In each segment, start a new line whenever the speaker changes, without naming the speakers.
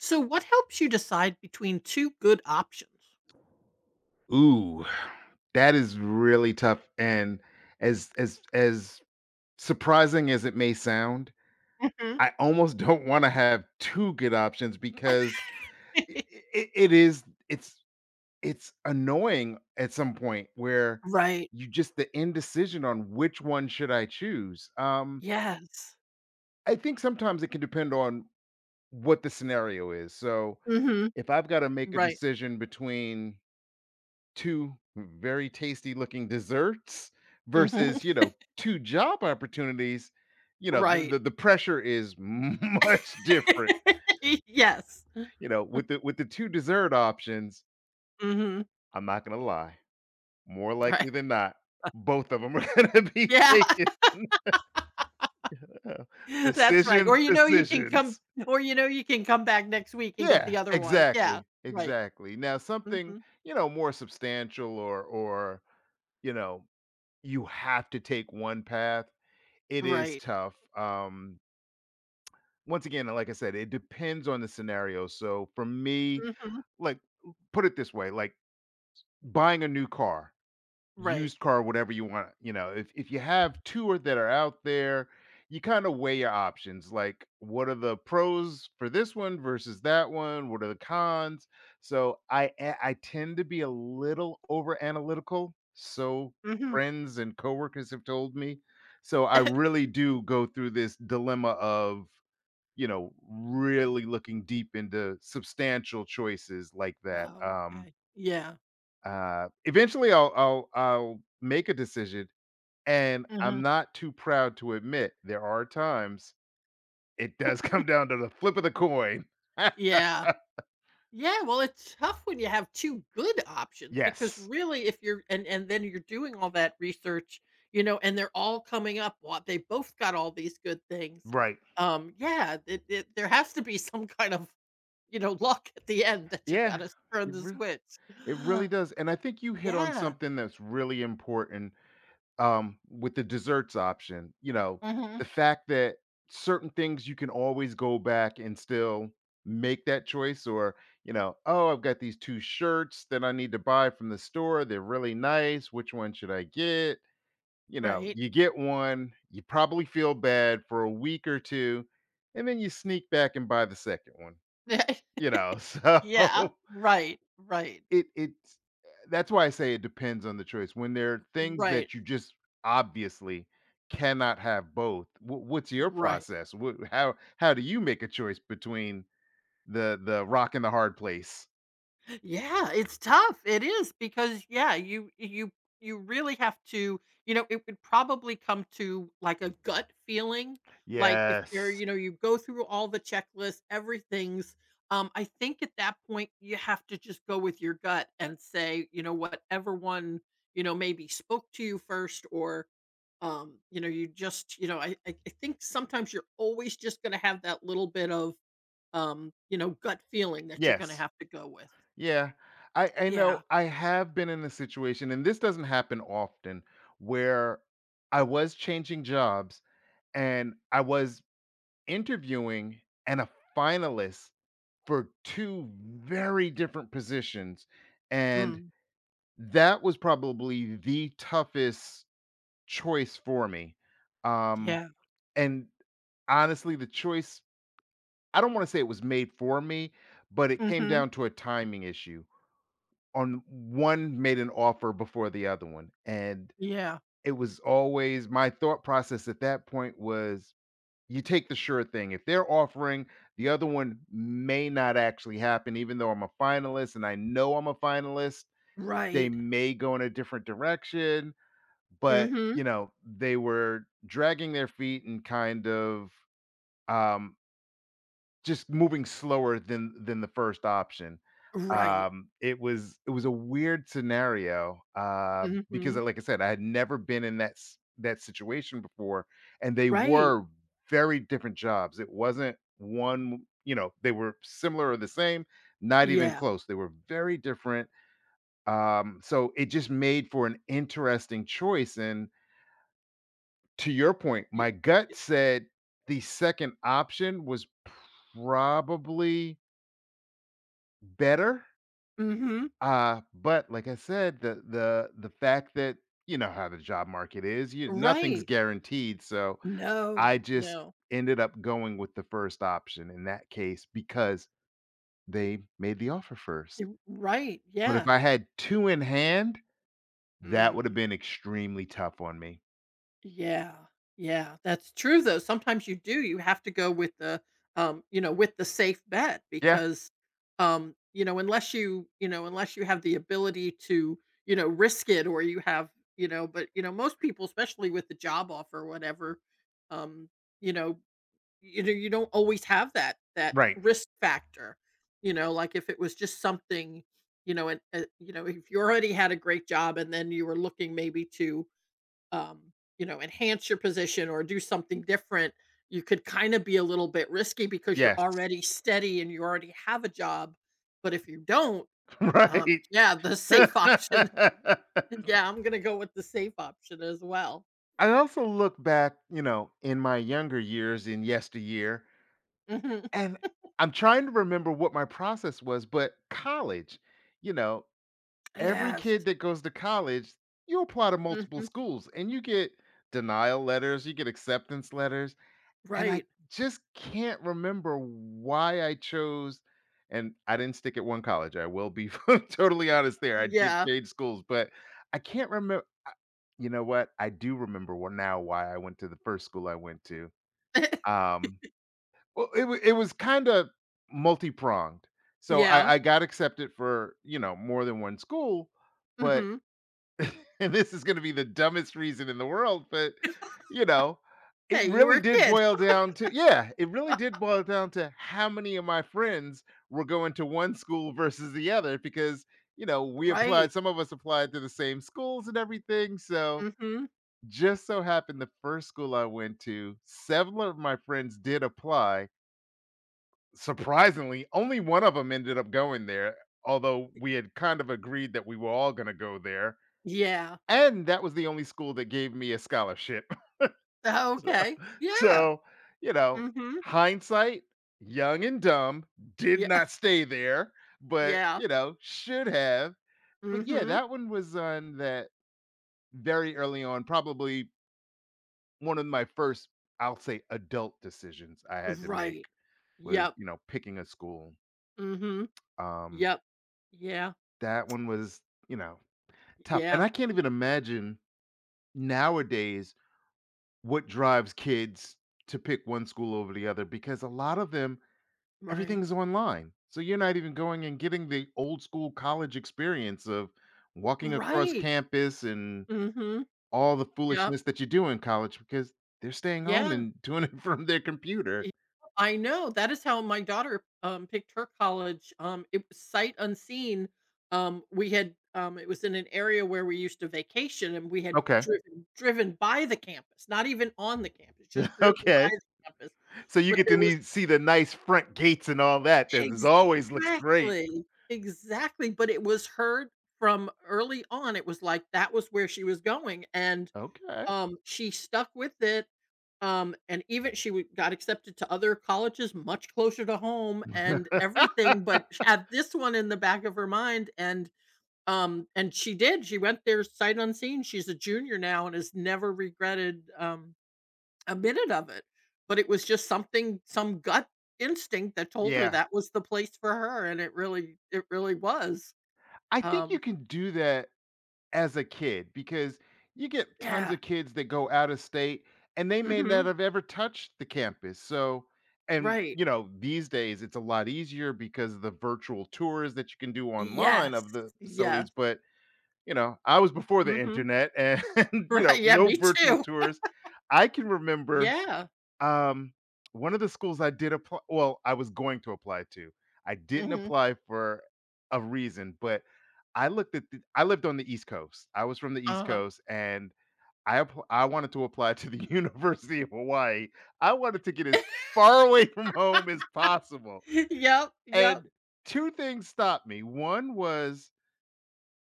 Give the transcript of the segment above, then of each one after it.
So, what helps you decide between two good options?
Ooh, that is really tough. And as surprising as it may sound,
Mhm.
I almost don't want to have two good options because it, it is it's it's annoying at some point where
Right.
you just the indecision on which one should I choose.
Yes.
I think sometimes it can depend on what the scenario is. So
Mhm.
if I've got to make a
Right.
decision between 2 very tasty looking desserts
Mhm.
versus, you know, 2 job opportunities, you know, the
Right.
the the pressure is much different.
Yes.
You know, with the 2 dessert options,
Mhm.
I'm not gonna lie, more
Right.
likely than not, both of them are gonna be
Yeah,
taken.
that's right.
Decisions, decisions.
Or you know you can come back next week and get the
Yeah,
other one. Yeah,
exactly,
right.
exactly. Now something,
Mhm.
you know, more substantial or, you know, you have to take one path. It is
Right.
tough. Once again, like I said, it depends on the scenario. So for me,
Mhm.
like, put it this way, like buying a new car,
Right.
used car, whatever you want. You know, if you have two or that are out there, you kind of weigh your options. Like, what are the pros for this one versus that one? What are the cons? So I tend to be a little over analytical. So
Mhm.
friends and coworkers have told me. So I really do go through this dilemma of, you know, really looking deep into substantial choices like that.
Okay. Yeah.
Eventually, I'll make a decision, and I'm
Mhm.
not too proud to admit there are times it does come down to the flip of the coin.
Yeah. Yeah, well, it's tough when you have 2 good options because
Yes,
really if you're and then you're doing all that research, you know, and they're all coming up, what they both got all these good things.
right.
Yeah, it there has to be some kind of, luck at the end that you
Yeah,
gotta turn
it
the
re-
switch.
it really does, and I think you hit on
Yeah.
something that's really important, with the desserts option, you know,
Mhm.
the fact that certain things you can always go back and still make that choice or, you know, oh, I've got these two shirts that I need to buy from the store. They're really nice. Which one should I get? You know,
Right.
you get one, you probably feel bad for a week or two, and then you sneak back and buy the second one,
Yeah.
you know. So
Yeah. Right. Right.
it it's that's why I say it depends on the choice. When there are things
Right.
that you just obviously cannot have both, what's your
Right.
process? How how do you make a choice between the rock and the hard place?
Yeah, it's tough. It is because yeah, you really have to, it would probably come to like a gut feeling. Like if you're,
Yes.
you go through all the checklists, everything's I think at that point you have to just go with your gut and say, whatever one, maybe spoke to you first or you just, I think sometimes you're always just gonna have that little bit of gut feeling that you're gonna
Yes.
have to go with.
Yeah. I
Yeah.
know I have been in a situation and this doesn't happen often where I was changing jobs and I was interviewing and a finalist for 2 very different positions, and
Mm.
that was probably the toughest choice for me, um,
Yeah.
and honestly, the choice, I don't wanna say it was made for me, but it came
Mhm.
down to a timing issue. On one made an offer before the other one, and
Yeah.
it was always my thought process at that point was, you take the sure thing. If they're offering, the other one may not actually happen, even though I'm a finalist and I know I'm a finalist. They
Right.
may go in a different direction, but
Mhm.
you know, they were dragging their feet and kind of um just moving slower than the first option.
Right.
It was a weird scenario, because,
Mhm.
like I said, I had never been in that situation before, and they
Right.
were very different jobs. It wasn't one, you know, they were similar or the same, not even
Yeah.
close. They were very different, so it just made for an interesting choice, and to your point,
Y
my
y
gut said the second option was probably better,
Mhm.
but like I said, the fact that you know how the job market is, you nothing's
Right.
guaranteed, so I
No.
just
No.
ended up going with the first option in that case because they made the offer first.
Y Right.
But if
Yeah.
I had 2 in hand, that would have
Mm.
been extremely tough on me.
Yeah. Yeah, that's true though. Sometimes you do. You have to go with the safe bet
Yeah,
because unless you have the ability to, risk it or you have, but most people especially with the job offer or whatever, um, you know, you don't always have that
right.
risk factor. Like if it was just something, and if you already had a great job and then you were looking maybe to um, enhance your position or do something different, you could kind of be a little bit risky because you're
Yes,
already steady and you already have a job. But if you don't,
right.
yeah, the safe option. Yeah, I'm gonna go with the safe option as well.
I also look back, you know, in my younger years, in yesteryear.
Hmm.
And I'm trying to remember what my process was, but college, you know, every kid
Yes.
that goes to college, you apply to multiple
Hmm.
schools and you get denial letters, you get acceptance letters. And I
Right.
just can't remember why I chose. And I didn't stick at one college. I will be totally honest there. I did
Yeah.
change schools, but I can't remember. You know what? I do remember now why I went to the first school I went to. Um, well, it was kinda multi-pronged. So
Yeah.
I got accepted for, you know, more than one school, but,
Hmm.
and this is gonna be the dumbest reason in the world, but, you know, it
Hey, you were
really
a
did
kid,
boil down to, yeah, it really did boil down to how many of my friends were going to one school versus the other because, you know, we
right?
applied some of us applied to the same schools and everything, so
Hmm.
just so happened the first school I went to, several of my friends did apply. Surprisingly, only one of them ended up going there, although we had kind of agreed that we were all gonna go there,
Yeah.
and that was the only school that gave me a scholarship.
Oh,
So
okay. Yeah.
so, you know,
Hmm.
hindsight, young and dumb, did
Yeah.
not stay there, but,
Yeah.
you know, should have. But yeah,
Hmm.
that one was on that very early on, probably one of my first, I'll say, adult decisions I had to make
Right.
was,
Yep.
you know, picking a school.
Mhm.
Um,
Yep. Yeah.
that one was, you know, tough, and
Yeah.
I can't even imagine nowadays what drives kids to pick one school over the other because a lot of them,
Right.
everything's online. So you're not even going and getting the old school college experience of walking across
Right.
campus and
Mhm.
all the
Yep.
foolishness that you do in college because they're staying home
Yeah.
and doing it from their computer.
Yep. I know. That is how my daughter, picked her college. It was sight unseen. It was in an area where we used to vacation and we had
Okay,
driven by the campus, not even on the campus, just driven
okay.
by the campus.
So you
But
get to
there was
need see the nice front gates and all that, that is always looks great.
Exactly, exactly, but it was heard from early on, it was like that was where she was going, and,
Okay.
she stuck with it, and even she w got accepted to other colleges much closer to home and everything, but had this one in the back of her mind, and she did, she went there sight unseen, she's a junior now and has never regretted, a minute of it, but it was just some gut instinct that told her
Yeah.
that was the place for her, and it really was.
I think
Um,
you can do that as a kid because you get tons
yeah.
of kids that go out of state and they may not
Mhm.
have ever touched the campus. So, and
Right.
you know, these days it's a lot easier because of the virtual tours that you can do online
Yes.
of the
Yes.
facilities. But, you know, I was before the
Mhm.
internet and, you
Right,
know,
yeah,
no
me
virtual
too.
tours. I can remember,
Yeah.
um, one of the schools I did apply, well, I was going to apply to. I didn't
Mhm.
apply for a reason, but I looked at the, I lived on the East Coast. I was from the East
Uh-huh.
Coast, and I wanted to apply to the University of Hawaii. I wanted to get as far away from home as possible,
Yep, yep.
and 2 things stopped me. One was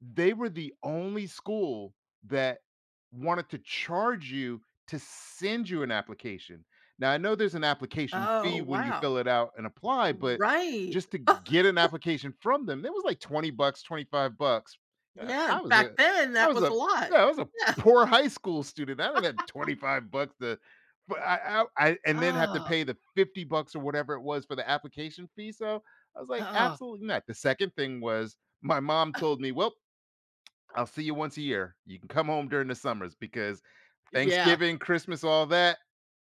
they were the only school that wanted to charge you to send you an application. Now, I know there's an application
Oh,
fee when you
wow.
fill it out and apply, but
Right.
just to get an application from them, it was like 20 bucks, 25 bucks. Yeah,
Yeah, back then,
I
that
was
was a
a
lot.
yeah, I was a
Yeah.
poor high school student. I didn't have 25 bucks to, but I and then have to
Oh,
pay the 50 bucks or whatever it was for the application fee. So I was like,
oh.
absolutely not. The second thing was my mom told me, well, I'll see you once a year. You can come home during the summers because
Yeah,
Thanksgiving, Christmas, all that,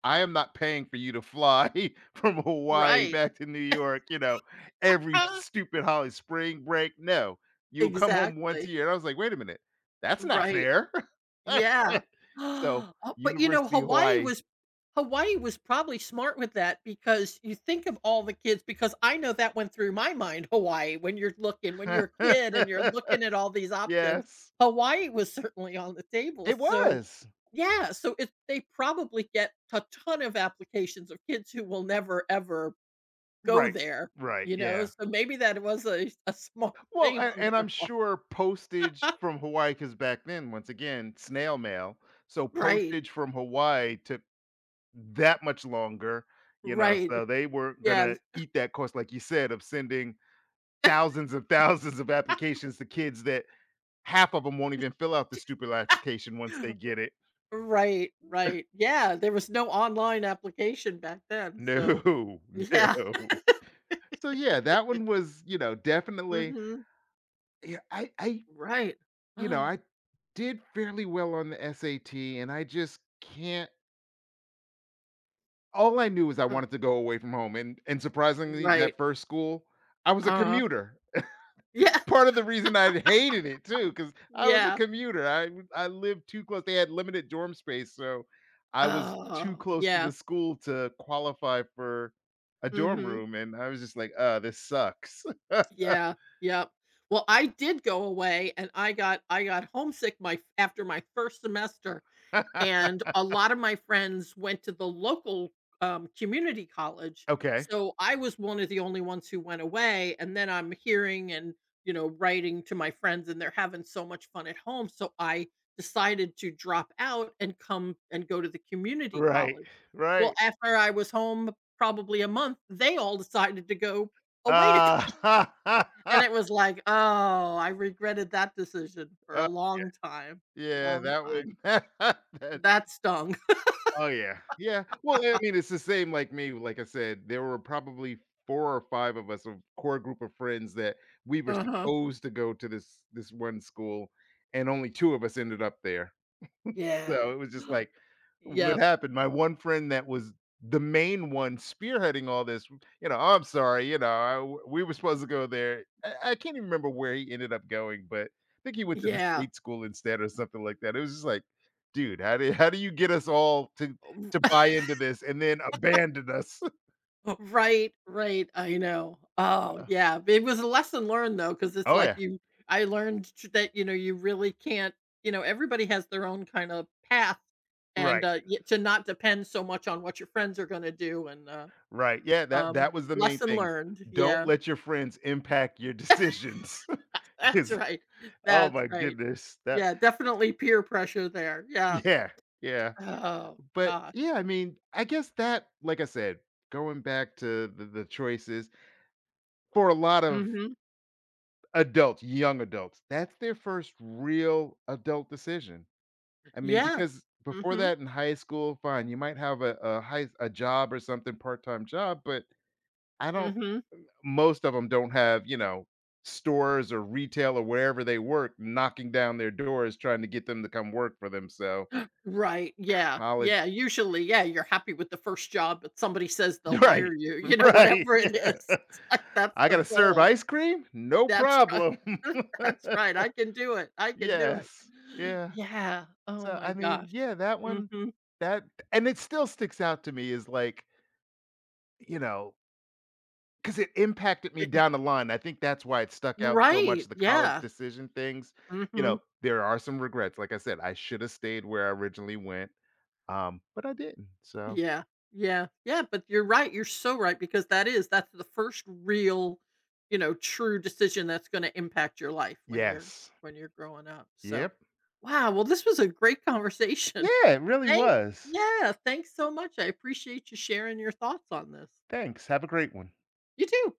I am not paying for you to fly from Hawaii
right.
back to New York, you know, every stupid holiday, spring break. No, you'll come home once a
Exactly.
year. And I was like, wait a minute, that's not
Right.
fair.
Yeah.
So,
Oh, but,
University of Hawaii.
Hawaii was probably smart with that because you think of all the kids because I know that went through my mind, Hawaii, when you're a kid and you're looking at all these options.
Yes,
Hawaii was certainly on the table,
it
so
was.
yeah, so it they probably get a ton of applications of kids who will never ever go
Right.
there,
Right. Yeah.
so maybe that was a a smart
Well,
thing on
and I'm
their part.
sure postage from Hawaii, because back then, once again, snail mail. So
Right.
postage from Hawaii took that much longer, you know.
Right.
So they weren't
Yeah.
gonna eat that cost, like you said, of sending thousands and thousands of applications to kids that half of them won't even fill out the stupid application once they get it.
Right, right. Yeah, there was no online application back then, so
No,
yeah.
no. So yeah, that one was, you know, definitely.
Mhm.
Yeah,
Right.
you know, I did fairly well on the SAT, and I just can't, all I knew was I
Uh,
wanted to go away from home, and surprisingly,
right.
that first school, I was a
uh
commuter.
Yeah,
Part of the reason I hated it too, because I was a
yeah.
commuter. I lived too close. They had limited dorm space, so I was too
Oh,
close to
yeah.
the school to qualify for a dorm
Mhm.
room, and I was just like, this sucks."
Yeah, yep. Well, I did go away and I got homesick my after my first semester. And a lot of my friends went to the local, community college,
Okay.
so I was one of the only ones who went away, and then I'm hearing and, writing to my friends, and they're having so much fun at home, so I decided to drop out and come and go to the community
Right,
college. Well,
right.
after I was home probably a month, they all decided to go away to
Uh,
and it was like, "Oh, I regretted that decision for a
uh,
long time,
yeah,
long
that would
time."
that.
That stung.
Oh yeah, yeah. Well, I mean, it's the same. Like me, like I said, there were probably four or five of us, a core group of friends, that we were
Uh-huh.
supposed to go to this one school, and only two of us ended up there.
Yeah.
So it was just like, what
Yep.
happened? My one friend that was the main one spearheading all this, you know, I'm sorry, you know, I w we were supposed to go there. I can't even remember where he ended up going, but I think he went to the
Yeah.
state school instead or something like that. It was just like, dude, how do you get us all to buy into this and then abandon us?
Right, right, I know. Oh,
Uh,
yeah, it was a lesson learned, though, because it's
oh
like
yeah,
you I learned t that, you really can't. Everybody has their own kind of path and,
right,
y to not depend so much on what your friends are gonna do and,
right. Yeah, that that was the main
lesson
thing.
learned.
Don't
Yeah,
let your friends impact your decisions.
that's
'Cause,
right,
oh
that's
my
right.
goodness, that,
Yeah, definitely peer pressure there, yeah.
yeah, yeah.
Oh,
But
gosh.
yeah, I mean, I guess that, like I said, going back to the choices for a lot of
Mhm.
adults, young adults, that's their first real adult decision. I mean,
Yeah.
because before
Mhm,
that in high school, fine, you might have a job or something, part time job, but I don't.
mhm.
Most of them don't have, you know, stores or retail or wherever they work knocking down their doors trying to get them to come work for them. So
Right, yeah,
college,
yeah, usually, yeah, you're happy with the first job, but somebody says they'll hire
right,
you,
right,
whatever it is,
yeah.
it's like that's
I
the
gotta serve
goal.
ice cream? No
That's right.
problem.
That's right, I can do it, I can do it.
Yes. Yeah.
Yeah, oh
So,
my
I mean,
gosh.
yeah, that one,
Mhm,
that and it still sticks out to me is like, you know, because it impacted me down the line. I think that's why it stuck out so much,
right,
the college
yeah,
decision things. You
mhm.
know, there are some regrets. Like I said, I shoulda stayed where I originally went, but I didn't, so
Yeah. Yeah. Yeah, but you're right, you're so right because that's the first real, true decision that's gonna impact your life when you're
yes.
growing up, so
Yep.
wow, well, this was a great conversation.
Yeah, it really
Thank
was.
yeah, thanks so much, I appreciate you sharing your thoughts on this.
Thanks. Have a great one.
You too.